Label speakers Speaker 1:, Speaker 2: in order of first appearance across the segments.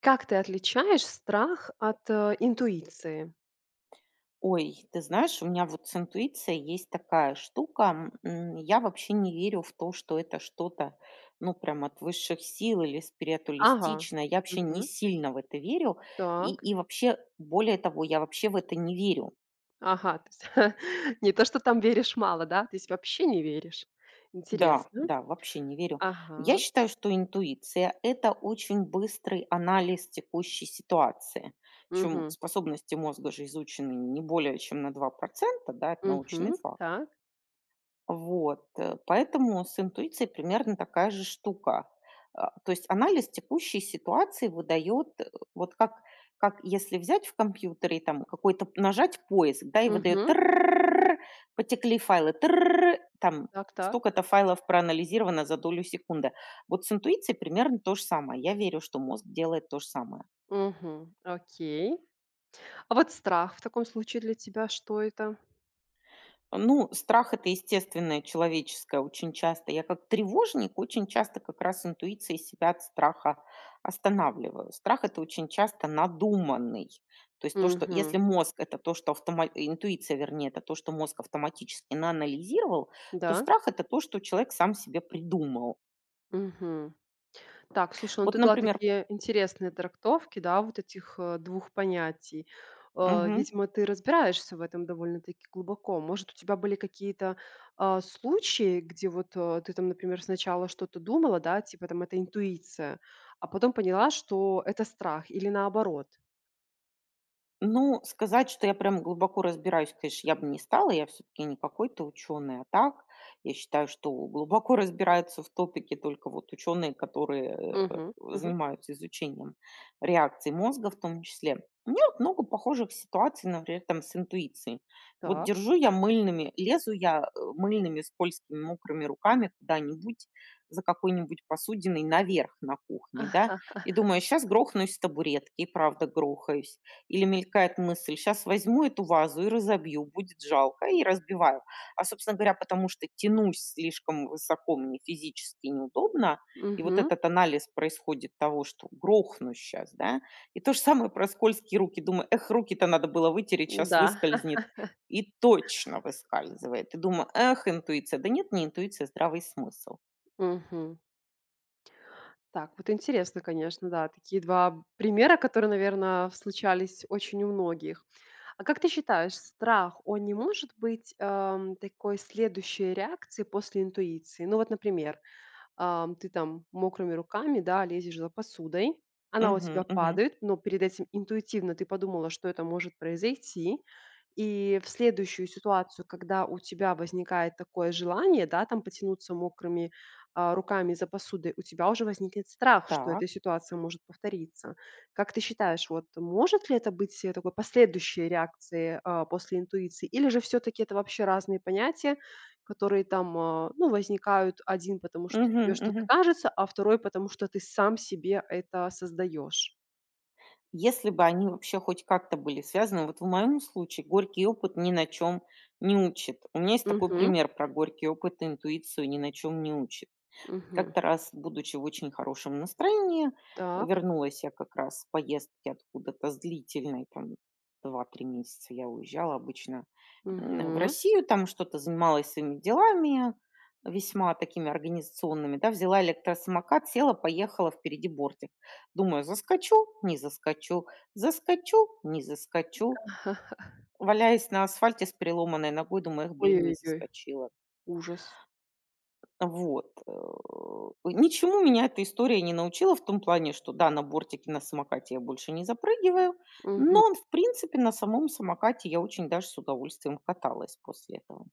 Speaker 1: Как ты отличаешь страх от интуиции?
Speaker 2: Ой, ты знаешь, у меня вот с интуицией есть такая штука. Я вообще не верю в то, что это что-то, ну, прям от высших сил или
Speaker 1: Ага.
Speaker 2: спиритуалистичное. Я вообще не
Speaker 1: Мгм.
Speaker 2: сильно в это верю. И,
Speaker 1: Так.
Speaker 2: и вообще, более того, я вообще в это не верю.
Speaker 1: Ага, то есть не то, что там веришь мало, да? То есть вообще не веришь.
Speaker 2: Да,
Speaker 1: Интересно.
Speaker 2: да, вообще не верю. Я
Speaker 1: Ага.
Speaker 2: считаю, что интуиция – это очень быстрый анализ текущей ситуации. Причем
Speaker 1: Угу.
Speaker 2: способности мозга же изучены не более чем на 2%, да, это научный
Speaker 1: Угу.
Speaker 2: факт.
Speaker 1: Так.
Speaker 2: Вот, поэтому с интуицией примерно такая же штука. А, то есть анализ текущей ситуации выдает, вот как если взять в компьютере и там какой-то нажать поиск, да, и выдает
Speaker 1: Угу.
Speaker 2: тырррррр, потекли файлы, тырррррр, там
Speaker 1: Так, так.
Speaker 2: столько-то файлов проанализировано за долю секунды. Вот с интуицией примерно то же самое. Я верю, что мозг делает то же самое.
Speaker 1: Угу. Окей. А вот страх в таком случае для тебя что это?
Speaker 2: Ну, страх – это естественное, человеческое очень часто. Я как тревожник очень часто как раз интуицией себя от страха останавливаю. Страх – это очень часто надуманный. То есть то, что
Speaker 1: Угу.
Speaker 2: если мозг – это то, что автома интуиция, вернее, это то, что мозг автоматически наанализировал, то
Speaker 1: Да?
Speaker 2: страх – это то, что человек сам себе придумал.
Speaker 1: Угу. Так, слушай, ну
Speaker 2: Вот,
Speaker 1: ты дала
Speaker 2: например.
Speaker 1: такие интересные трактовки, да, вот этих двух понятий.
Speaker 2: Мгм.
Speaker 1: Видимо, ты разбираешься в этом довольно-таки глубоко. Может, у тебя были какие-то случаи, где вот ты там, например, сначала что-то думала, да, типа там это интуиция, а потом поняла, что это страх, или наоборот.
Speaker 2: Ну, сказать, что я прям глубоко разбираюсь, конечно, я бы не стала. Я все-таки не какой-то ученый, а так. Я считаю, что глубоко разбираются в топике только вот ученые, которые
Speaker 1: Угу, угу,
Speaker 2: занимаются изучением реакции мозга в том числе. У меня вот много похожих ситуаций, например, там с интуицией. Вот
Speaker 1: так.
Speaker 2: лезу я мыльными, скользкими, мокрыми руками куда-нибудь за какой-нибудь посудиной наверх на кухне, да, и думаю, сейчас грохнусь с табуретки, и правда грохаюсь, или мелькает мысль: «Сейчас возьму эту вазу и разобью, будет жалко». И разбиваю. А, собственно говоря, потому что тянусь слишком высоко, мне физически неудобно. И вот
Speaker 1: Угу,
Speaker 2: этот анализ происходит того, что грохну сейчас, да. И то же самое про скользкие руки. Думаю: «Эх, руки-то надо было вытереть, сейчас
Speaker 1: да.
Speaker 2: выскользнет». И точно выскальзывает. И думаю: «Эх, интуиция». Да нет, не интуиция, здравый смысл.
Speaker 1: Мгм. Так, вот интересно, конечно, да, такие два примера, которые, наверное, случались очень у многих. А как ты считаешь, страх, он не может быть, такой следующей реакцией после интуиции? Ну вот, например, ты там мокрыми руками, да, лезешь за посудой, она у
Speaker 2: Угу,
Speaker 1: тебя
Speaker 2: угу.
Speaker 1: падает, но перед этим интуитивно ты подумала, что это может произойти. И в следующую ситуацию, когда у тебя возникает такое желание, да, там потянуться мокрыми руками за посудой, у тебя уже возникнет страх, что
Speaker 2: Так.
Speaker 1: эта ситуация может повториться. Как ты считаешь, вот может ли это быть такой последующей реакцией после интуиции, или же все-таки это вообще разные понятия, которые там, ну, возникают один потому что
Speaker 2: Угу,
Speaker 1: тебе что-то
Speaker 2: угу.
Speaker 1: кажется, а второй потому что ты сам себе это создаешь.
Speaker 2: Если бы они вообще хоть как-то были связаны, вот в моем случае горький опыт ни на чем не учит. У меня есть такой
Speaker 1: Мгм,
Speaker 2: пример про горький опыт, и интуицию ни на чем не учит.
Speaker 1: мгм.
Speaker 2: Как-то раз, будучи в очень хорошем настроении,
Speaker 1: Так,
Speaker 2: вернулась я как раз с поездки откуда-то с длительной, там 2-3 месяца я уезжала обычно в
Speaker 1: мгм.
Speaker 2: Россию, там что-то занималась своими делами, весьма такими организационными, да, взяла электросамокат, села, поехала, впереди бортик. Думаю, заскочу, не заскочу, заскочу, не заскочу. Валяясь на асфальте с переломанной ногой, думаю: «Эх, блин, не
Speaker 1: Ой-ой-ой,
Speaker 2: заскочила».
Speaker 1: ужас.
Speaker 2: Вот, ничему меня эта история не научила в том плане, что да, на бортике на самокате я больше не запрыгиваю,
Speaker 1: Мгм,
Speaker 2: но, в принципе, на самом самокате я очень даже с удовольствием каталась после этого.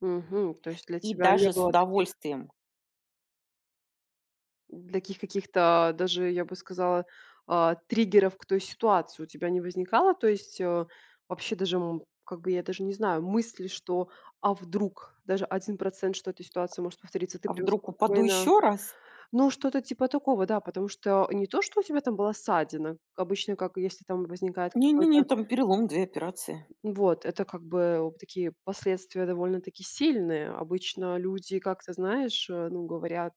Speaker 1: мгм. То есть для
Speaker 2: И
Speaker 1: тебя не
Speaker 2: даже с
Speaker 1: было таких
Speaker 2: удовольствием.
Speaker 1: каких-то даже, я бы сказала, триггеров к той ситуации у тебя не возникало? То есть, вообще даже, как бы, я даже не знаю, мысли, что, а вдруг даже 1% что эта ситуация может повториться, ты
Speaker 2: А
Speaker 1: прям
Speaker 2: вдруг упаду
Speaker 1: спокойно.
Speaker 2: еще раз?
Speaker 1: Ну, что-то типа такого, да, потому что не то, что у тебя там была ссадина. Обычно, как если там возникает
Speaker 2: Не-не-не,
Speaker 1: какой-то
Speaker 2: там перелом, 2 операции.
Speaker 1: вот, это как бы вот такие последствия довольно-таки сильные. Обычно люди как-то, знаешь, ну, говорят,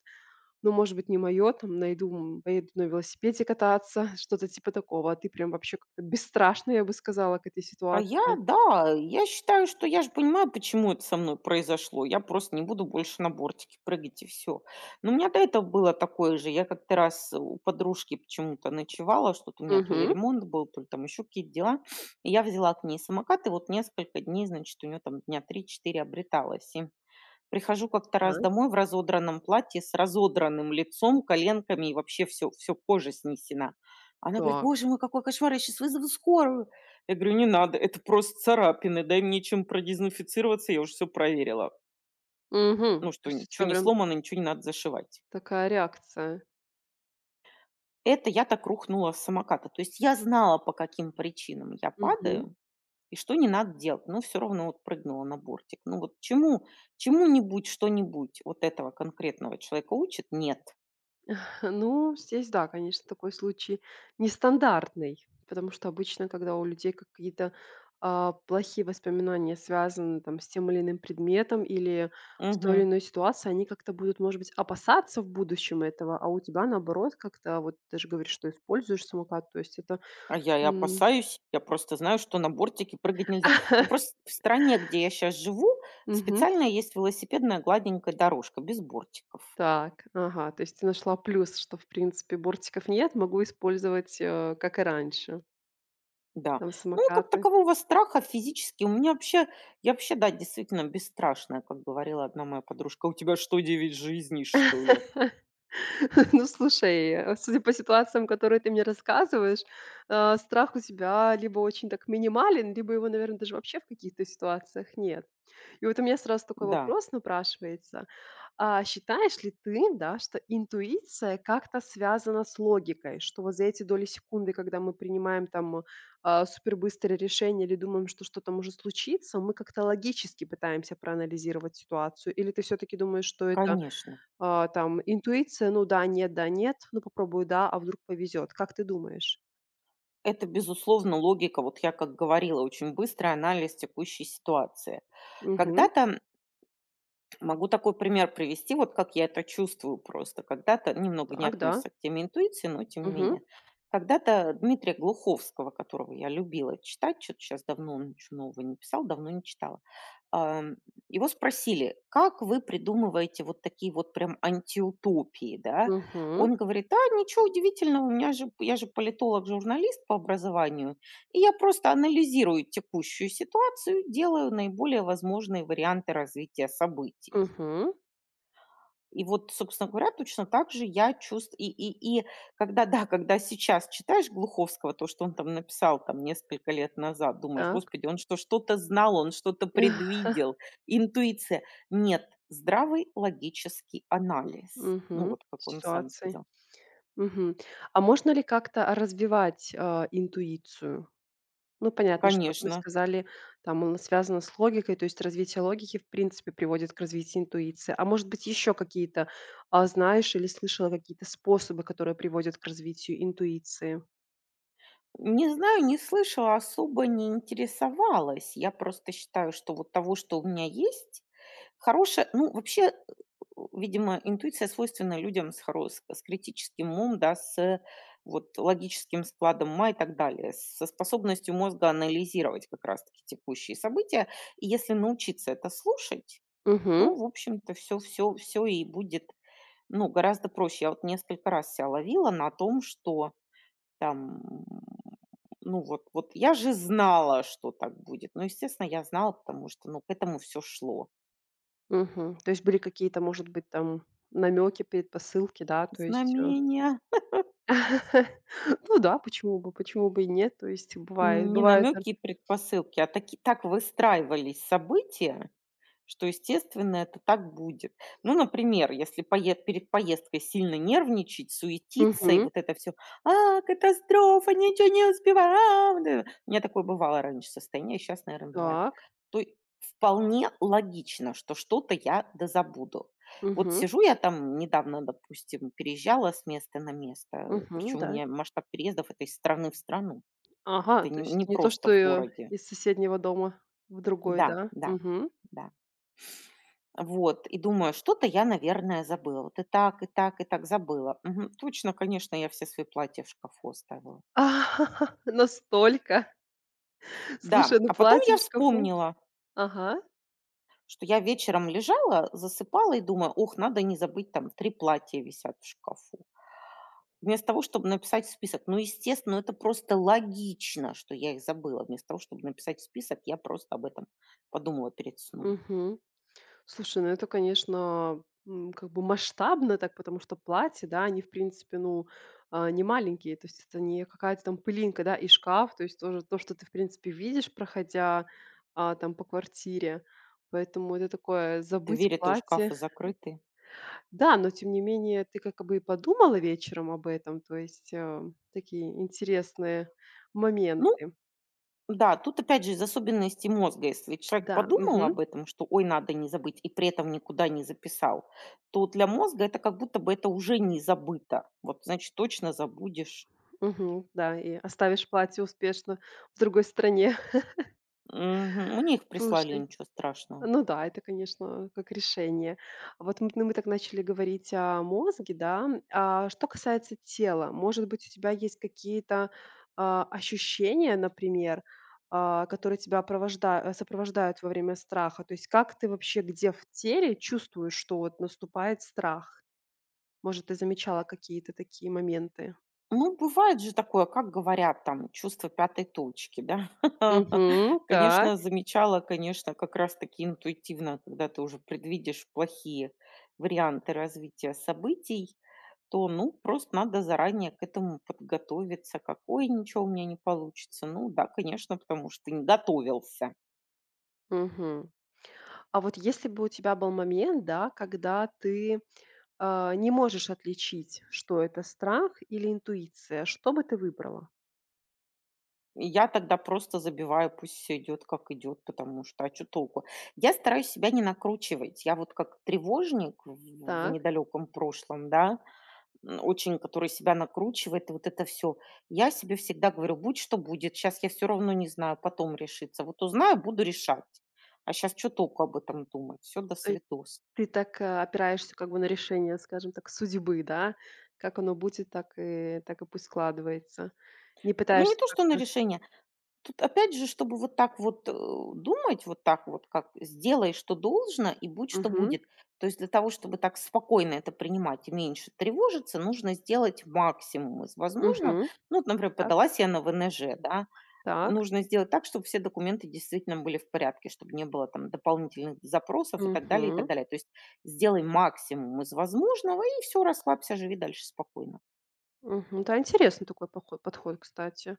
Speaker 1: ну, может быть, не мое, там, найду, поеду на велосипеде кататься, что-то типа такого. А ты прям вообще как-то бесстрашно, я бы сказала, к этой
Speaker 2: А я,
Speaker 1: ситуации.
Speaker 2: да, я считаю, что я же понимаю, почему это со мной произошло. Я просто не буду больше на бортике прыгать и всё. Но у меня до этого было такое же. Я как-то раз у подружки почему-то ночевала, что-то у меня то ли
Speaker 1: Угу.
Speaker 2: ремонт был, то ли там еще какие-то дела. И я взяла к ней самокат, и вот несколько дней, значит, у нее там дня 3-4 обреталась. Прихожу как-то раз
Speaker 1: Так,
Speaker 2: домой в разодранном платье, с разодранным лицом, коленками, и вообще все все кожа снесена. Она говорит:
Speaker 1: так.
Speaker 2: «Боже мой, какой кошмар, я сейчас вызову скорую». Я говорю: «Не надо, это просто царапины, дай мне чем продезинфицироваться, я уже все проверила. Ну,
Speaker 1: Мгм. То
Speaker 2: что
Speaker 1: есть у
Speaker 2: ничего
Speaker 1: тебя
Speaker 2: не
Speaker 1: прям
Speaker 2: сломано, ничего не надо зашивать».
Speaker 1: такая реакция.
Speaker 2: Это я так рухнула с самоката. То есть я знала, по каким причинам я
Speaker 1: Мгм.
Speaker 2: падаю и что не надо делать, но все равно вот прыгнула на бортик. Ну вот чему-нибудь, что-нибудь вот этого конкретного человека учит? Нет.
Speaker 1: Ну, здесь да, конечно, такой случай нестандартный, потому что обычно, когда у людей какие-то плохие воспоминания связаны там, с тем или иным предметом или с той или
Speaker 2: Мгм.
Speaker 1: иной ситуацией, они как-то будут, может быть, опасаться в будущем этого, а у тебя, наоборот, как-то, вот ты же говоришь, что используешь самокат, то есть это...
Speaker 2: А я и
Speaker 1: М,
Speaker 2: опасаюсь. Я просто знаю, что на бортике прыгать нельзя. Ну, просто в стране, где я сейчас живу,
Speaker 1: мгм.
Speaker 2: специальная есть велосипедная гладенькая дорожка без бортиков.
Speaker 1: Так, ага, то есть ты нашла плюс, что, в принципе, бортиков нет, могу использовать, как и раньше,
Speaker 2: Да.
Speaker 1: там
Speaker 2: Ну, и как
Speaker 1: самокаты.
Speaker 2: такового страха физически у меня вообще я вообще, да, действительно бесстрашная, как говорила одна моя подружка: «А у тебя что, девять жизней, что ли?»
Speaker 1: Ну, слушай, судя по ситуациям, которые ты мне рассказываешь, страх у тебя либо очень так минимален, либо его, наверное, даже вообще в каких-то ситуациях нет. И вот у меня сразу такой
Speaker 2: Да,
Speaker 1: вопрос напрашивается. А считаешь ли ты, да, что интуиция как-то связана с логикой? Что вот за эти доли секунды, когда мы принимаем там супербыстрое решение или думаем, что что-то может случиться, мы как-то логически пытаемся проанализировать ситуацию? Или ты все-таки думаешь, что это
Speaker 2: конечно.
Speaker 1: там интуиция, ну да, нет, да, нет, ну попробую, да, а вдруг повезет. Как ты думаешь?
Speaker 2: Это, безусловно, логика. Вот я как говорила, очень быстрый анализ текущей ситуации.
Speaker 1: Мгм.
Speaker 2: Когда-то Могу такой пример привести, вот как я это чувствую просто. Когда-то, немного не
Speaker 1: Так, да.
Speaker 2: относится к теме интуиции, но тем не
Speaker 1: Мгм.
Speaker 2: менее. Когда-то Дмитрия Глуховского, которого я любила читать, что-то сейчас давно он ничего нового не писал, давно не читала, ам, его спросили, как вы придумываете вот такие вот прям антиутопии, да?
Speaker 1: Мгм.
Speaker 2: Он говорит: «А ничего удивительного, я же политолог-журналист по образованию, и я просто анализирую текущую ситуацию, делаю наиболее возможные варианты развития событий».
Speaker 1: Мгм.
Speaker 2: И вот, собственно говоря, точно так же я чувствую, и да, когда сейчас читаешь Глуховского, то, что он там написал там несколько лет назад, думаешь:
Speaker 1: Так.
Speaker 2: «Господи, он что, что-то знал, он что-то предвидел, интуиция». Нет, здравый логический анализ. Ну
Speaker 1: Мгм.
Speaker 2: вот, как он сам
Speaker 1: Ситуации.
Speaker 2: сказал.
Speaker 1: Мгм. А можно ли как-то развивать, интуицию? Ну, понятно, что вот мы
Speaker 2: Конечно.
Speaker 1: сказали, там она связана с логикой, то есть развитие логики, в принципе, приводит к развитию интуиции. А может быть, еще какие-то, знаешь или слышала какие-то способы, которые приводят к развитию интуиции?
Speaker 2: Не знаю, не слышала, особо не интересовалась. Я просто считаю, что вот того, что у меня есть, хорошее. Ну, вообще, видимо, интуиция свойственна людям с критическим умом, да, с вот логическим складом ума и так далее, со способностью мозга анализировать как раз-таки текущие события. И если научиться это слушать,
Speaker 1: Мгм.
Speaker 2: то, в общем-то, все, все, все и будет, ну, гораздо проще. Я вот несколько раз ся ловила на том, что там, ну, вот я же знала, что так будет. Ну, естественно, я знала, потому что, ну, к этому все шло.
Speaker 1: Мгм. То есть были какие-то, может быть, там намёки, предпосылки, да, то есть
Speaker 2: Знамения,
Speaker 1: Ну да, почему бы и нет? То есть бывает
Speaker 2: не
Speaker 1: бывают там.
Speaker 2: намеки и предпосылки, а таки так выстраивались события, что, естественно, это так будет. Ну, например, если пое перед поездкой сильно нервничать, суетиться и
Speaker 1: Мгм.
Speaker 2: вот это все: «А, катастрофа, ничего не успеваю, а». Вот это. У меня такое бывало раньше состояние, сейчас, наверное, бывает.
Speaker 1: Так.
Speaker 2: То е Вполне логично, что что-то я дозабуду. Вот
Speaker 1: угу
Speaker 2: сижу я там недавно, допустим, переезжала с места на место,
Speaker 1: угу
Speaker 2: причем у
Speaker 1: Да.
Speaker 2: меня масштаб переездов – это из страны в страну.
Speaker 1: Ага,
Speaker 2: Это
Speaker 1: то
Speaker 2: не
Speaker 1: есть не то,
Speaker 2: просто
Speaker 1: что,
Speaker 2: в
Speaker 1: э,
Speaker 2: городе.
Speaker 1: из соседнего дома в другой,
Speaker 2: Да,
Speaker 1: да?
Speaker 2: да,
Speaker 1: Угу.
Speaker 2: да. Вот, и думаю, что-то я, наверное, забыла. Вот и так, и так, и так забыла. Мгм. Точно, конечно, я все свои платья в шкафу оставила.
Speaker 1: Настолько.
Speaker 2: Да,
Speaker 1: Слушай, ну
Speaker 2: а потом
Speaker 1: платье
Speaker 2: я
Speaker 1: в шкафу.
Speaker 2: вспомнила,
Speaker 1: Ага.
Speaker 2: что я вечером лежала, засыпала и думаю: «Ох, надо не забыть, там три платья висят в шкафу». Вместо того, чтобы написать список, ну, естественно, это просто логично, что я их забыла. Вместо того, чтобы написать список, я просто об этом подумала перед сном.
Speaker 1: Мгм. Слушай, ну это, конечно, как бы масштабно так, потому что платья, да, они, в принципе, ну, не маленькие, то есть это не какая-то там пылинка, да, и шкаф, то есть тоже то, что ты, в принципе, видишь, проходя там по квартире. Поэтому это такое забыть
Speaker 2: Двери-то у шкафа
Speaker 1: платье.
Speaker 2: закрыты.
Speaker 1: Да, но тем не менее ты как бы и подумала вечером об этом, то есть такие интересные
Speaker 2: Ну,
Speaker 1: моменты.
Speaker 2: да, тут опять же из особенностей мозга. Если человек
Speaker 1: Да,
Speaker 2: подумал
Speaker 1: мгм,
Speaker 2: об этом, что ой, надо не забыть, и при этом никуда не записал, то для мозга это как будто бы это уже не забыто. Вот, значит, точно забудешь.
Speaker 1: мгм, да, и оставишь платье успешно в другой стране.
Speaker 2: Мгм. Мне их прислали,
Speaker 1: Слушай.
Speaker 2: ничего страшного.
Speaker 1: Ну да, это, конечно, как решение. Вот мы, ну, мы так начали говорить о мозге, да. А что касается тела, может быть, у тебя есть какие-то ощущения, например, которые тебя сопровождают во время страха? То есть как ты вообще, где в теле чувствуешь, что вот наступает страх? Может, ты замечала какие-то такие моменты?
Speaker 2: Ну, бывает же такое, как говорят, там, чувство пятой точки, да.
Speaker 1: Угу, так.
Speaker 2: Конечно, замечала, конечно, как раз-таки интуитивно, когда ты уже предвидишь плохие варианты развития событий, то, ну, просто надо заранее к этому подготовиться. Какое ничего у меня не получится? Ну да, конечно, потому что не готовился.
Speaker 1: Мгм. А вот если бы у тебя был момент, да, когда ты не можешь отличить, что это страх или интуиция, что бы ты выбрала?
Speaker 2: И я тогда просто забиваю, пусть все идет как идет, потому что, а что толку? Я стараюсь себя не накручивать. Я вот как тревожник в
Speaker 1: Так.
Speaker 2: недалеком прошлом, да, очень, который себя накручивает, и вот это все. Я себе всегда говорю: «Будь что будет, сейчас я все равно не знаю, потом решится. Вот узнаю, буду решать. А сейчас что толку об этом думать? Все до
Speaker 1: То есть
Speaker 2: святос».
Speaker 1: ты так, опираешься как бы на решение, скажем так, судьбы, да? Как оно будет, так и пусть складывается. Не
Speaker 2: Ну, не
Speaker 1: пытаешься
Speaker 2: то, что на
Speaker 1: как-то.
Speaker 2: решение. Тут опять же, чтобы вот так вот, думать, вот так вот, как «сделай, что должно, и будь, что
Speaker 1: Мгм.
Speaker 2: будет». То есть для того, чтобы так спокойно это принимать и меньше тревожиться, нужно сделать максимум из возможного.
Speaker 1: Мгм.
Speaker 2: Ну, вот, например,
Speaker 1: Так,
Speaker 2: подалась я на ВНЖ, да.
Speaker 1: так.
Speaker 2: Нужно сделать так, чтобы все документы действительно были в порядке, чтобы не было там дополнительных запросов и так далее, и так
Speaker 1: Мгм.
Speaker 2: далее. То есть сделай максимум из возможного и все, расслабься, живи дальше спокойно.
Speaker 1: Мгм. Да, интересный такой поход подход, кстати.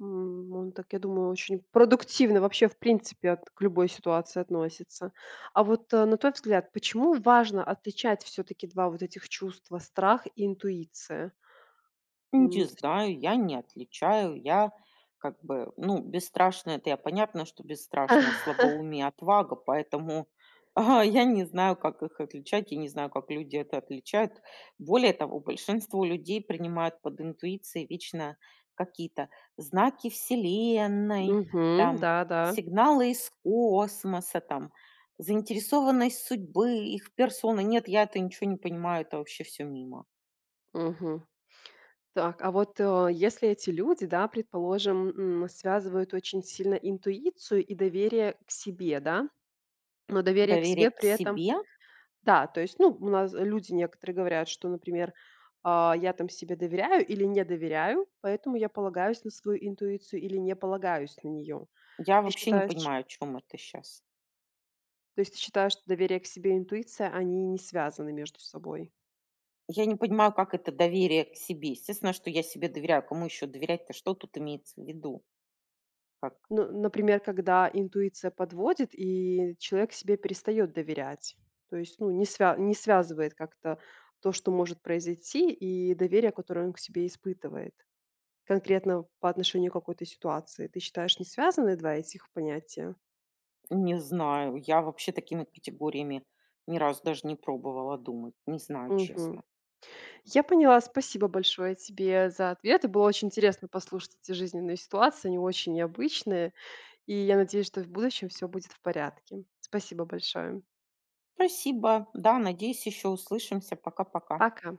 Speaker 1: Он так, я думаю, очень продуктивно вообще, в принципе, от к любой ситуации относится. А вот, на твой взгляд, почему важно отличать все-таки 2 вот этих чувства: страх и интуиция?
Speaker 2: Не
Speaker 1: М,
Speaker 2: знаю, я не отличаю. Я как бы, ну, бесстрашная, это я понятно, что бесстрашная, слабоумие, отвага, поэтому я не знаю, как их отличать, я не знаю, как люди это отличают. Более того, большинство людей принимают под интуицией вечно какие-то знаки Вселенной,
Speaker 1: Мгм.
Speaker 2: там,
Speaker 1: Да-да.
Speaker 2: сигналы из космоса, там, заинтересованность судьбы, их персоны. Нет, я это ничего не понимаю, это вообще все мимо.
Speaker 1: Мгм. Так, а вот, если эти люди, да, предположим, связывают очень сильно интуицию и доверие к себе, да, но доверие к себе
Speaker 2: Доверие к
Speaker 1: при этом.
Speaker 2: себе
Speaker 1: Да, то есть, ну, у нас люди некоторые говорят, что, например, я там себе доверяю или не доверяю, поэтому я полагаюсь на свою интуицию или не полагаюсь на нее.
Speaker 2: Я
Speaker 1: Ты
Speaker 2: вообще не
Speaker 1: считаешь,
Speaker 2: понимаю, о чём это сейчас.
Speaker 1: то есть ты считаешь, что доверие к себе и интуиция, они не связаны между собой?
Speaker 2: Я не понимаю, как это доверие к себе. Естественно, что я себе доверяю. Кому еще доверять-то? Что тут имеется в виду? Как?
Speaker 1: Ну, например, когда интуиция подводит, и человек себе перестает доверять. То есть, ну, не связывает как-то то, что может произойти, и доверие, которое он к себе испытывает. Конкретно по отношению к какой-то ситуации. Ты считаешь, не связаны 2 этих понятия?
Speaker 2: Не знаю. Я вообще такими категориями ни разу даже не пробовала думать. Не знаю, честно.
Speaker 1: Мгм. Я поняла. Спасибо большое тебе за ответы. Было очень интересно послушать эти жизненные ситуации. Они очень необычные. И я надеюсь, что в будущем все будет в порядке. Спасибо большое.
Speaker 2: Спасибо. Да, надеюсь, еще услышимся. Пока-пока.
Speaker 1: Пока.